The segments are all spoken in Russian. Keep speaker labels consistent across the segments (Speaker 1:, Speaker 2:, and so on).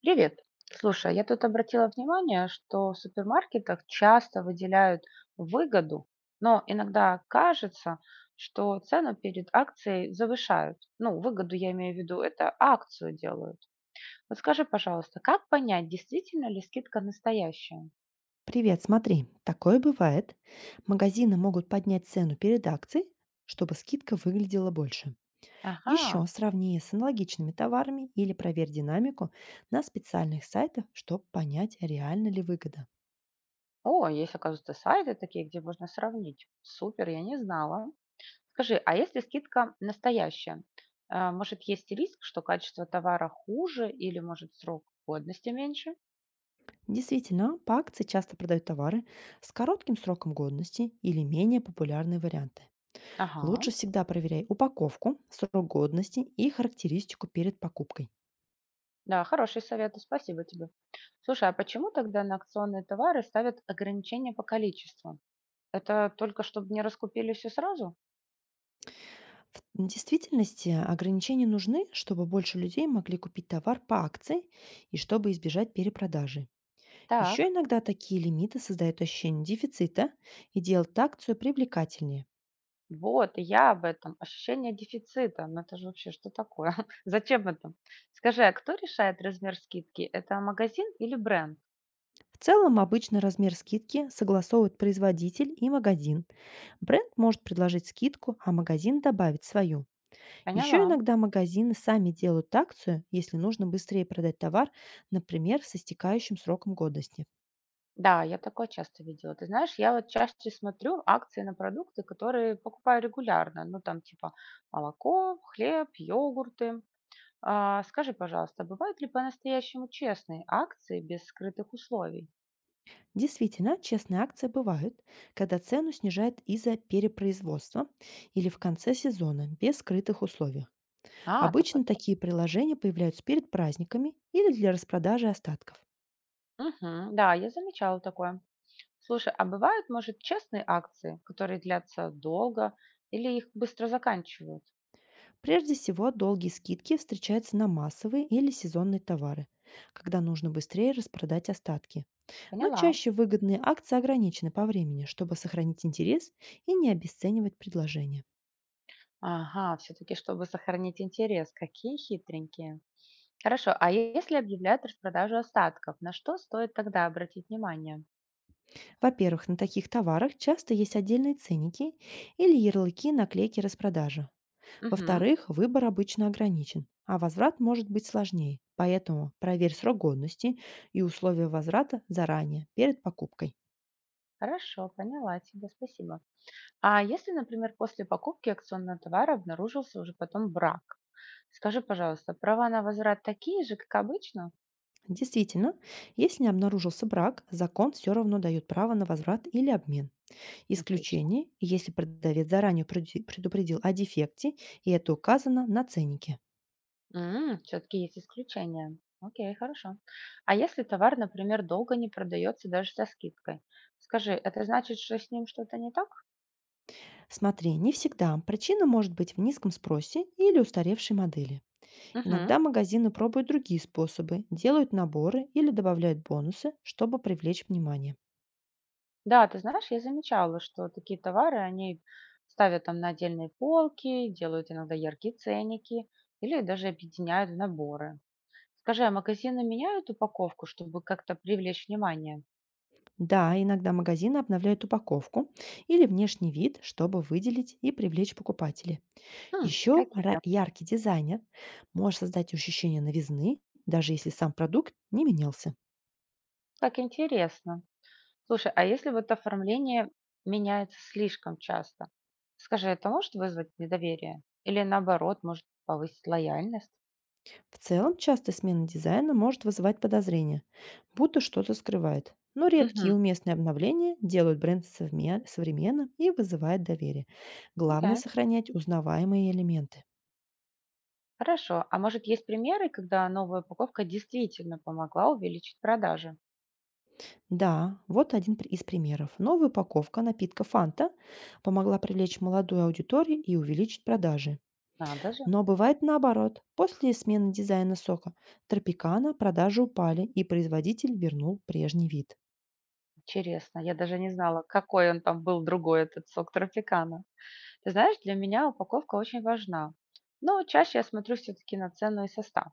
Speaker 1: Привет. Слушай, а я тут обратила внимание, что в супермаркетах часто выделяют выгоду, но иногда кажется, что цену перед акцией завышают. Ну, выгоду я имею в виду, это акцию делают. Вот скажи, пожалуйста, как понять, действительно ли скидка настоящая?
Speaker 2: Привет, смотри, такое бывает. Магазины могут поднять цену перед акцией, чтобы скидка выглядела больше.
Speaker 1: Ага.
Speaker 2: Еще сравни с аналогичными товарами или проверь динамику на специальных сайтах, чтобы понять, реально ли выгода.
Speaker 1: О, есть, оказывается, сайты такие, где можно сравнить. Супер, я не знала. Скажи, а если скидка настоящая, а, может, есть риск, что качество товара хуже или, может, срок годности меньше?
Speaker 2: Действительно, по акции часто продают товары с коротким сроком годности или менее популярные варианты.
Speaker 1: Ага,
Speaker 2: Лучше всегда проверяй упаковку, срок годности и характеристику перед покупкой.
Speaker 1: да, хорошие советы, спасибо тебе. Слушай, а почему тогда на акционные товары ставят ограничения по количеству? Это только чтобы не раскупили все сразу?
Speaker 2: В действительности ограничения нужны, чтобы больше людей могли купить товар по акции и чтобы избежать перепродажи. Еще
Speaker 1: Так,
Speaker 2: иногда такие лимиты создают ощущение дефицита и делают акцию привлекательнее.
Speaker 1: вот, я об этом. Ощущение дефицита. Ну это же вообще что такое? Зачем это? Скажи, а кто решает размер скидки? Это магазин или бренд?
Speaker 2: В целом обычно размер скидки согласовывает производитель и магазин. Бренд может предложить скидку, а магазин добавить свою. Еще
Speaker 1: Поняла.
Speaker 2: иногда магазины сами делают акцию, если нужно быстрее продать товар, например, с истекающим сроком годности.
Speaker 1: Да, я такое часто видела. Ты знаешь, я вот чаще смотрю акции на продукты, которые покупаю регулярно. Ну, там типа молоко, хлеб, йогурты. А, скажи, пожалуйста, а бывают ли по-настоящему честные акции без скрытых условий?
Speaker 2: Действительно, честные акции бывают, когда цену снижают из-за перепроизводства или в конце сезона, без скрытых условий.
Speaker 1: А, такое
Speaker 2: Обычно
Speaker 1: тоже.
Speaker 2: такие приложения появляются перед праздниками или для распродажи остатков.
Speaker 1: Мгм, да, я замечала такое. Слушай, а бывают, может, честные акции, которые длятся долго или их быстро заканчивают?
Speaker 2: Прежде всего, долгие скидки встречаются на массовые или сезонные товары, когда нужно быстрее распродать остатки. Но
Speaker 1: Поняла.
Speaker 2: чаще выгодные акции ограничены по времени, чтобы сохранить интерес и не обесценивать предложение.
Speaker 1: Ага, все-таки, чтобы сохранить интерес. Какие хитренькие. Хорошо, а если объявляют распродажу остатков, на что стоит тогда обратить внимание?
Speaker 2: Во-первых, на таких товарах часто есть отдельные ценники или ярлыки наклейки распродажи.
Speaker 1: Мгм.
Speaker 2: Во-вторых, выбор обычно ограничен, а возврат может быть сложнее. Поэтому проверь срок годности и условия возврата заранее, перед покупкой.
Speaker 1: Хорошо, поняла тебя, спасибо. А если, например, после покупки акционного товара обнаружился уже потом брак? Скажи, пожалуйста, права на возврат такие же, как обычно?
Speaker 2: Действительно, если не обнаружился брак, закон все равно дает право на возврат или обмен.
Speaker 1: Отлично.
Speaker 2: Исключение, если продавец заранее предупредил о дефекте, и это указано на ценнике.
Speaker 1: Все-таки есть исключения. Окей, хорошо. А если товар, например, долго не продается даже со скидкой? Скажи, это значит, что с ним что-то не так?
Speaker 2: Смотри, не всегда. Причина может быть в низком спросе или устаревшей модели.
Speaker 1: Мгм.
Speaker 2: Иногда магазины пробуют другие способы, делают наборы или добавляют бонусы, чтобы привлечь внимание.
Speaker 1: Да, ты знаешь, я замечала, что такие товары, они ставят там на отдельные полки, делают иногда яркие ценники или даже объединяют в наборы. Скажи, а магазины меняют упаковку, чтобы как-то привлечь внимание?
Speaker 2: Да, иногда магазины обновляют упаковку или внешний вид, чтобы выделить и привлечь покупателей.
Speaker 1: Хм,
Speaker 2: Еще
Speaker 1: какие?
Speaker 2: яркий дизайнер может создать ощущение новизны, даже если сам продукт не менялся.
Speaker 1: Как интересно. Слушай, а если вот оформление меняется слишком часто? Скажи, это может вызвать недоверие? Или наоборот, может повысить лояльность?
Speaker 2: В целом, частая смена дизайна может вызывать подозрения, будто что-то скрывает. Но редкие
Speaker 1: Угу,
Speaker 2: и уместные обновления делают бренд современным и вызывают доверие. Главное–
Speaker 1: окей.
Speaker 2: сохранять узнаваемые элементы.
Speaker 1: Хорошо, а может есть примеры, когда новая упаковка действительно помогла увеличить продажи?
Speaker 2: Да, вот один из примеров. Новая упаковка напитка «Фанта» помогла привлечь молодую аудиторию и увеличить продажи.
Speaker 1: Надо же,
Speaker 2: Но бывает наоборот. После смены дизайна сока тропикана продажи упали, и производитель вернул прежний вид.
Speaker 1: интересно, я даже не знала, какой он там был другой, этот сок тропикана. Ты знаешь, для меня упаковка очень важна, но чаще я смотрю все-таки на цену и состав.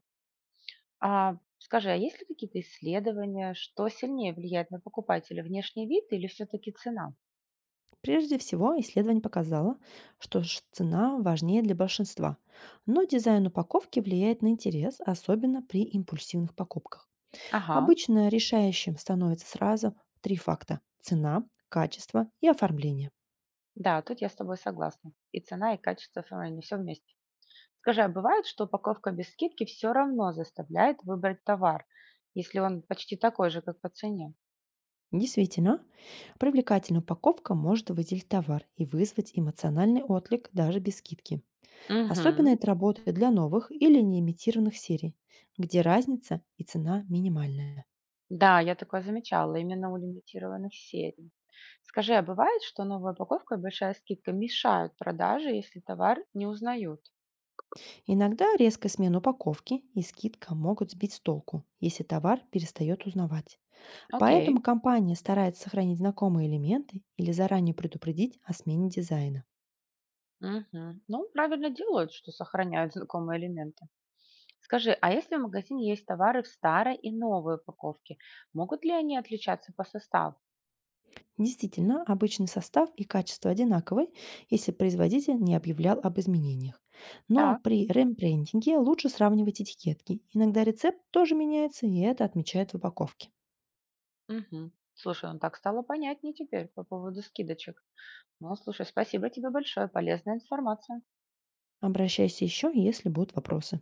Speaker 1: А скажи, а есть ли какие-то исследования, что сильнее влияет на покупателя, внешний вид или все-таки цена?
Speaker 2: Прежде всего, исследование показало, что цена важнее для большинства, но дизайн упаковки влияет на интерес, особенно при импульсивных покупках.
Speaker 1: Ага,
Speaker 2: Обычно решающим становится сразу три факта– цена, качество и оформление.
Speaker 1: да, тут я с тобой согласна. И цена, и качество, они все вместе. Скажи, а бывает, что упаковка без скидки все равно заставляет выбрать товар, если он почти такой же, как по цене?
Speaker 2: Действительно, привлекательная упаковка может выделить товар и вызвать эмоциональный отклик даже без скидки. Особенно
Speaker 1: Мгм.
Speaker 2: это работает для новых или неимитированных серий, где разница и цена минимальная.
Speaker 1: Да, я такое замечала, именно у лимитированных серий. Скажи, а бывает, что новая упаковка и большая скидка мешают продаже, если товар не узнают?
Speaker 2: Иногда резкая смена упаковки и скидка могут сбить с толку, если товар перестает узнавать.
Speaker 1: Окей.
Speaker 2: Поэтому компания старается сохранить знакомые элементы или заранее предупредить о смене дизайна.
Speaker 1: Мгм. Ну, правильно делают, что сохраняют знакомые элементы. Скажи, а если в магазине есть товары в старой и новой упаковке, могут ли они отличаться по составу?
Speaker 2: Действительно, обычный состав и качество одинаковы, если производитель не объявлял об изменениях. Но
Speaker 1: Так.
Speaker 2: при рембрендинге лучше сравнивать этикетки. Иногда рецепт тоже меняется, и это отмечают в упаковке.
Speaker 1: Мгм. Слушай, ну так стало понятнее теперь по поводу скидочек. Ну, слушай, спасибо тебе большое, полезная информация.
Speaker 2: Обращайся еще, если будут вопросы.